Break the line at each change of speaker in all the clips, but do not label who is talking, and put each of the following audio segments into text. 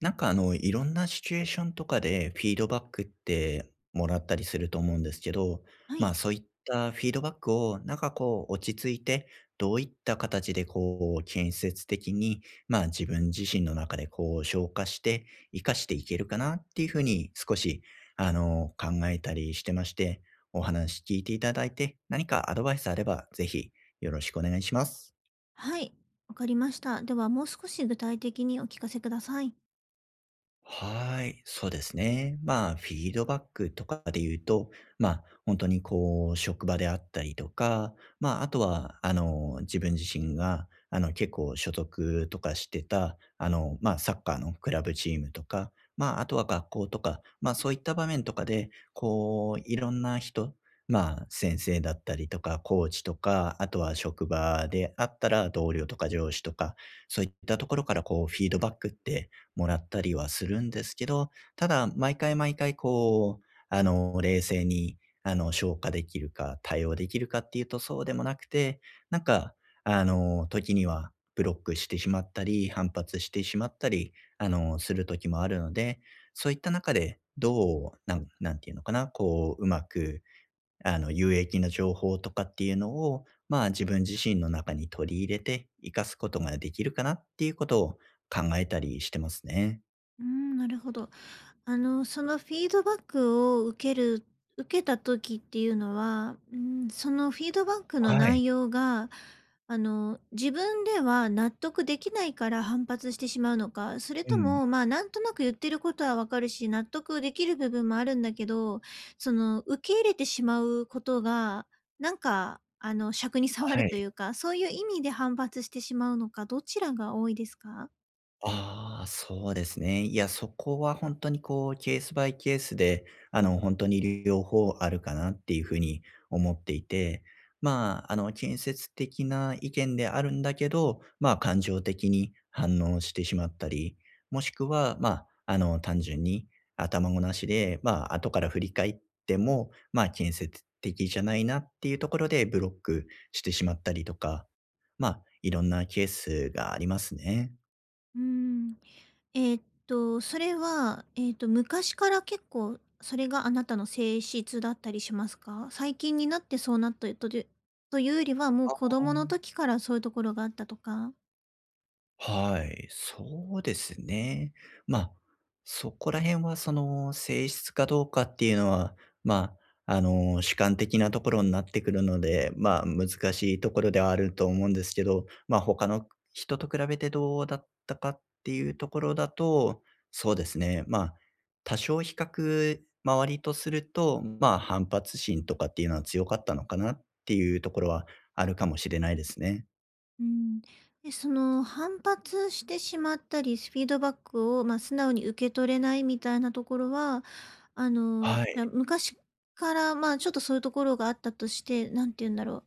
なんかいろんなシチュエーションとかでフィードバックってもらったりすると思うんですけど、
は
ま
い。
あそういったフィードバックをなんかこう落ち着いて、どういった形でこう建設的に、まあ自分自身の中でこう消化して、活かしていけるかなっていうふうに少し考えたりしてまして、お話聞いていただいて、何かアドバイスあればぜひよろしくお願いします。
はい、わかりました。では、もう少し具体的にお聞かせください。
はーい、そうですね。まあ、フィードバックとかで言うと、まあ、本当にこう、職場であったりとか、まあ、あとは、自分自身が、結構所属とかしてた、まあ、サッカーのクラブチームとか、まあ、あとは学校とか、まあ、そういった場面とかで、こう、いろんな人、まあ、先生だったりとか、コーチとか、あとは職場であったら同僚とか上司とか、そういったところからこう、フィードバックってもらったりはするんですけど、ただ、毎回毎回こう、冷静に、消化できるか、対応できるかっていうとそうでもなくて、なんか、時にはブロックしてしまったり、反発してしまったり、する時もあるので、そういった中で、どう、なんなんていうのかな、こう、うまく、有益な情報とかっていうのを、まあ、自分自身の中に取り入れて活かすことができるかなっていうことを考えたりしてますね。
うーん、なるほど。そのフィードバックを受ける受けた時っていうのは、うーん、そのフィードバックの
はい。
内容が、自分では納得できないから反発してしまうのか、それ
う
と
ん。
も、まあ、なんとなく言ってることはわかるし、納得できる部分もあるんだけど、その、受け入れてしまうことが、なんか、癪に障
は
ると
い。
いうか、そういう意味で反発してしまうのか、どちらが多いですか？
ああ、そうですね。いや、そこは本当にこう、ケースバイケースで、本当に両方あるかなっていうふうに思っていて、まあ、建設的な意見であるんだけど、まあ、感情的に反応してしまったり、もしくは、まあ、単純に頭ごなしで、まあ、後から振り返っても、まあ、建設的じゃないなっていうところでブロックしてしまったりとか、まあ、いろんなケースがありますね。
うーん。それは、昔から結構それがあなたの性質だったりしますか？最近になってそうなったとでというよりは、もう
あ
子
あ、
供の時からそういうところがあったとか。
はい、そうですね。まあ、そこら辺はその性質かどうかっていうのは、まあ、主観的なところになってくるので、まあ、難しいところではあると思うんですけど、まあ、他の人と比べてどうだったかっていうところだと、そうですね、まあ、多少比較周りとすると、まあ、反発心とかっていうのは強かったのかなっていうところはあるかもしれないですね。
うん。で、その反発してしまったり、フィードバックを、まあ、素直に受け取れないみたいなところは、じ
はい、
ゃ、昔から、まあ、ちょっとそういうところがあったとして、何て言うんだろう。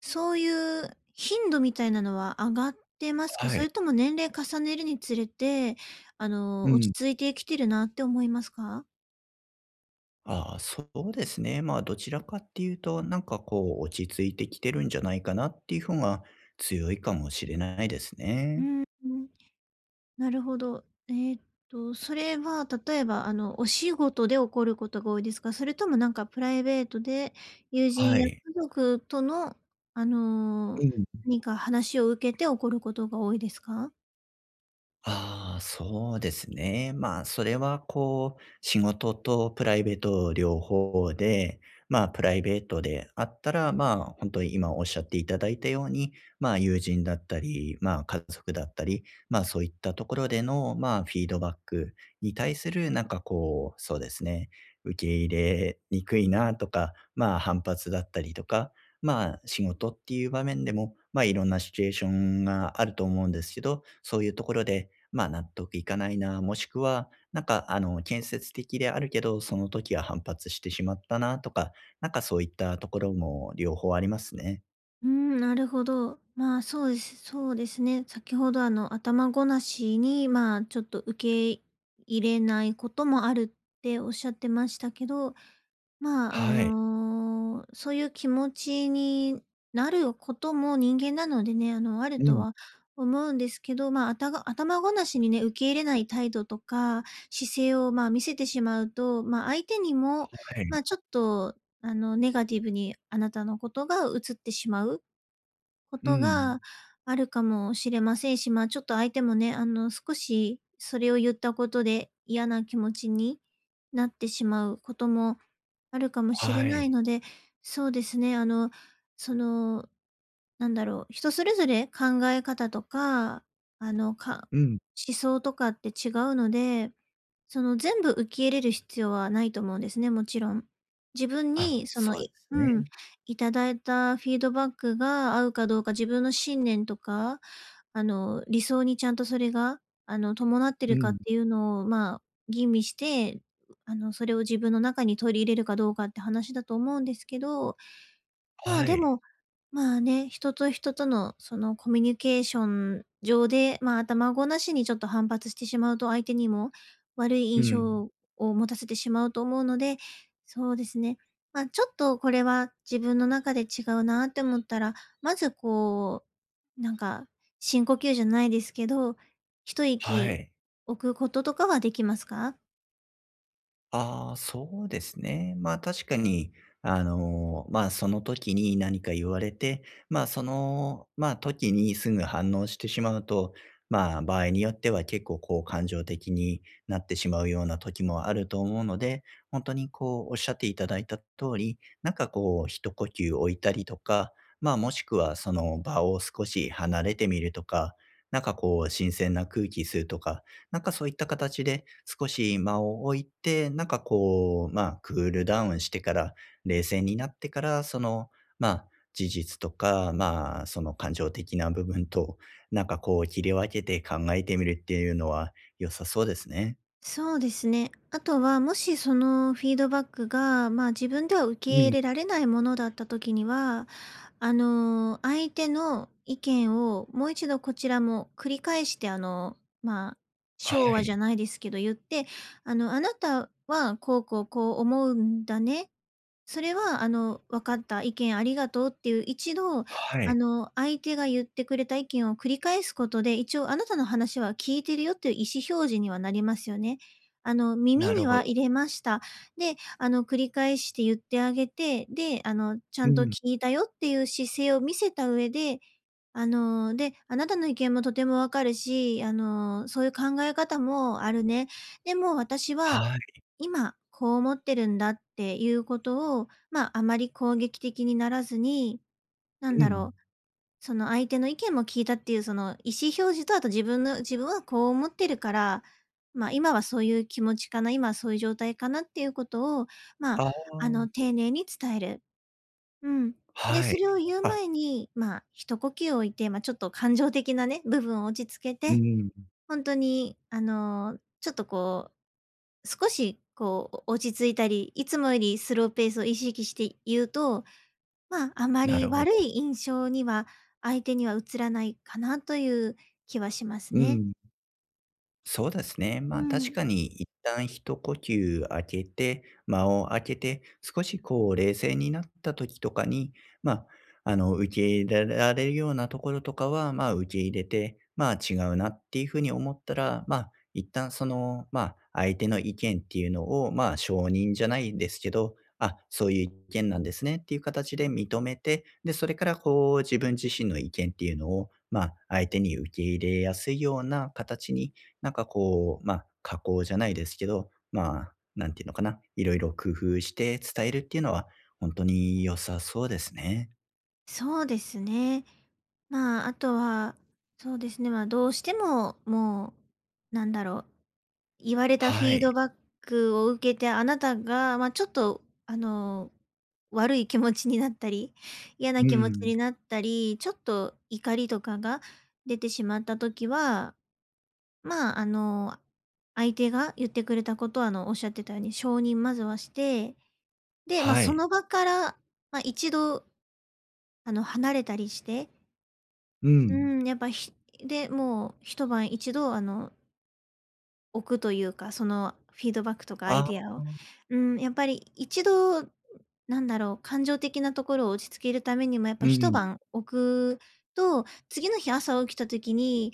そういう頻度みたいなのは上がってますか？
は
そ
い。
れとも年齢重ねるにつれて、
う
落
ん。
ち着いてきてるなって思いますか？
ああ、そうですね。まあ、どちらかっていうと、なんかこう、落ち着いてきてるんじゃないかなっていう方が強いかもしれないです
う
ね。
ーん、なるほど。それは例えば、お仕事で起こることが多いですか？それともなんかプライベートで、友
は
人や
い。
家族との、あ
う
の、
ん。
何か話を受けて起こることが多いですか？
ああ、そうですね。まあ、それはこう、仕事とプライベート両方で、まあ、プライベートであったら、まあ、本当に今おっしゃっていただいたように、まあ、友人だったり、まあ、家族だったり、まあ、そういったところでの、まあ、フィードバックに対する、なんかこう、そうですね、受け入れにくいなとか、まあ、反発だったりとか、まあ、仕事っていう場面でも、まあ、いろんなシチュエーションがあると思うんですけど、そういうところで、まあ、納得いかないな、もしくは、なんか、建設的であるけど、その時は反発してしまったなとか、なんかそういったところも両方ありますね。
うーん、なるほど。まあ、そうです。そうですね。先ほどあの頭ごなしに、まあ、ちょっと受け入れないこともあるっておっしゃってましたけど、まあ、
はい。
そういう気持ちになることも人間なのでね、ある
う
と
ん、
は思うんですけど、まあ、あたが頭ごなしにね、受け入れない態度とか姿勢を、まあ、見せてしまうと、まあ、相手にも、
は
ま
い。
あ、ちょっとネガティブにあなたのことが映ってしまうこ
う
と
ん。
があるかもしれませんし、まあ、ちょっと相手もね、少しそれを言ったことで嫌な気持ちになってしまうこともあるかもしれ
は
ない
い。
ので、そうですね、そのなんだろう、人それぞれ考え方とか、あの、か
うん。
思想とかって違うので、その全部受け入れる必要はないと思うんですね、もちろん。自分
あ、
にその、
そうで
い
す
うん、
ね。
いただいたフィードバックが合うかどうか、自分の信念とか、理想にちゃんとそれが、伴って
う
るかっ
ん。
ていうのを、まあ、吟味して、それを自分の中に取り入れるかどうかって話だと思うんですけど、まあ、
は
で
い。
も、まあね、人と人とのそのコミュニケーション上で、まあ、頭ごなしにちょっと反発してしまうと、相手にも悪い
う
印
ん。
象を持たせてしまうと思うので、そうですね。まあ、ちょっとこれは自分の中で違うなって思ったら、まずこう、なんか、深呼吸じゃないですけど、一
は
息
い。
置くこととかはできますか？
ああ、そうですね。まあ、確かに、まあ、その時に何か言われて、まあ、その、まあ、時にすぐ反応してしまうと、まあ、場合によっては結構こう感情的になってしまうような時もあると思うので、本当にこうおっしゃっていただいた通り、なんかこう一呼吸置いたりとか、まあ、もしくはその場を少し離れてみるとか、なんかこう新鮮な空気吸うとか、なんかそういった形で少し間を置いて、なんかこう、まあ、クールダウンしてから、冷静になってから、その、まあ、事実とか、まあ、その感情的な部分と、なんかこう切り分けて考えてみるっていうのは良さそうですね。
そうですね。あとは、もしそのフィードバックが、まあ、自分では受
う
け入
ん。
れられないものだった時には、相手の意見をもう一度こちらも繰り返して、まあ、
は
昭和じゃ
い。
ないですけど言って、あなたはこうこうこう思うんだね。それは、「分かった、意見ありがとう」っていう、一度、
はい。
相手が言ってくれた意見を繰り返すことで、一応あなたの話は聞いてるよっていう意思表示にはなりますよね。耳
なる
に
ほど。
は入れました。で、繰り返して言ってあげて、で、ちゃ
う
んと
ん。
聞いたよっていう姿勢を見せた上で、で、あなたの意見もとてもわかるし、そういう考え方もあるね。でも私は、
はい。
今、こう思ってるんだっていうことを、ま、ああまり攻撃的にならずに、なん
う
だ
ん。
ろう、その相手の意見も聞いたっていうその意思表示と、あと自分はこう思ってるから、ま、今はそういう気持ちかな、今はそういう状態かなっていうことを、まあ、
ああ。
丁寧に伝える。うん。で、
は
そ
い。
れを言う
あ、
前に、まあ、一呼吸置いて、まあ、ちょっと感情的なね、部分を落ち着け
う
て、
ん。
本当に、ちょっとこう、少しこう、落ち着いたり、いつもよりスローペースを意識して言うと、まあ、あま
な
り
るほ
悪
ど。
い印象には、相手には映らないかなという気はします
う
ね。
ん。そうですね。
う
まあ、確
ん。
かに一旦一呼吸開けて、間を空けて、少しこう冷静になった時とかに、まあ、受け入れられるようなところとかは、まあ、受け入れて、まあ、違うなっていうふうに思ったら、まあ、一旦その、まあ、相手の意見っていうのを、まあ、承認じゃないですけど、あ、そういう意見なんですねっていう形で認めて、で、それからこう、自分自身の意見っていうのを、まあ、相手に受け入れやすいような形になんかこう、ま、あ加工じゃないですけど、まあ、なんていうのかな、いろいろ工夫して伝えるっていうのは、本当に良さそうですね。
そうですね。まあ、あとは、そうですね、まあ、どうしても、もう、なんだろう、言われたフ
は
ィー
い。
ドバックを受けて、あなたが、まあ、ちょっと、悪い気持ちになったり、嫌な
う
気持ちに
ん。
なったり、ちょっと怒りとかが出てしまった時は、まあ、相手が言ってくれたことは、おっしゃってたように承認まずはして、で、まあ、
は
そ
い。
の場から、まあ、一度、離れたりして、
う
う
ん。
ん、やっぱ、ひで、もう一度、置くというか、そのフィードバックとかアイ
あ
ディ
あ、
アを。うん、やっぱり一度、なんだろう、感情的なところを落ち着けるためにも、やっぱ
う
一
ん。
晩置くと、次の日朝起きた時に、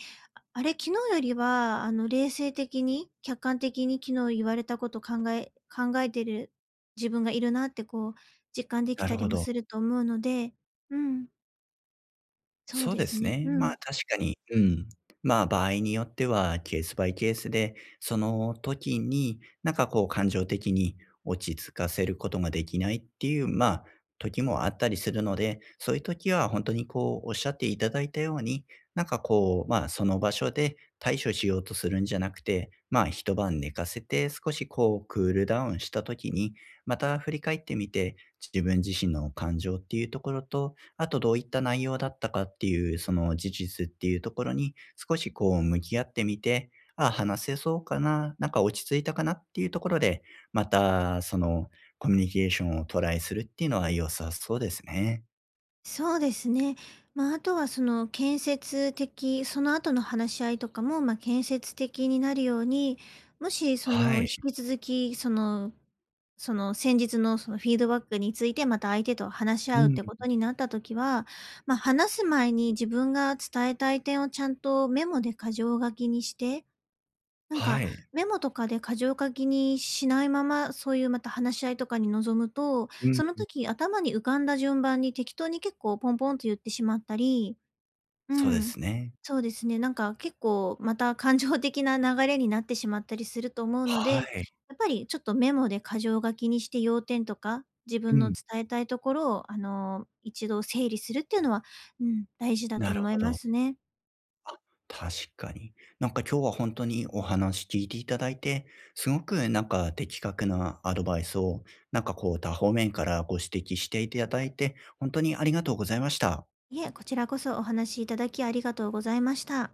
あれ、昨日よりは、冷静的に、客観的に昨日言われたこと考えてる自分がいるなってこう、実感でき
な
た
る
り
ほ
も
ど。
すると思うので、うん、そう
そう
で
で
す
す
ね。
ね。
う
まあ、
ん。
確かに、うん。まあ、場合によってはケースバイケースで、その時に、なんかこう感情的に落ち着かせることができないっていう、まあ、時もあったりするので、そういう時は本当にこうおっしゃっていただいたように、なんかこう、まあ、その場所で対処しようとするんじゃなくて、まあ、一晩寝かせて少しこうクールダウンした時に、また振り返ってみて、自分自身の感情っていうところと、あとどういった内容だったかっていう、その事実っていうところに、少しこう向き合ってみて、あ話せそうかな、なんか落ち着いたかなっていうところで、またそのコミュニケーションをトライするっていうのは良さそうですね。
そうですね。まあ、あとはその建設的、その後の話し合いとかも、まあ、建設的になるように、もしそ
は
の引
い。
き続き、その先日のそのフィードバックについてまた相手と話し合
う
うっ
ん。
てことになったときは、まあ、話す前に自分が伝えたい点をちゃんとメモで箇条書きにして、なん
は
か、
い。
メモとかで箇条書きにしないまま、そういうまた話し合いとかに臨むと、
う
その
ん。
時頭に浮かんだ順番に適当に結構ポンポンと言ってしまったり、う
そうで
ん。
すね。
そうですね、なんか結構また感情的な流れになってしまったりすると思うの
は
で、
い。
やっぱりちょっとメモで箇条書きにして要点とか、自
う
分の
ん。
伝えたいところを、一度整理するっていうのは、うん、大事だと
なる
思い
ほ
ま
ど。
すね。
あ、確かに。なんか今日は本当にお話聞いていただいて、すごくなんか的確なアドバイスを、なんかこう多方面からご指摘していただいて、本当にありがとうございました。
いえ、こちらこそお話しいただきありがとうございました。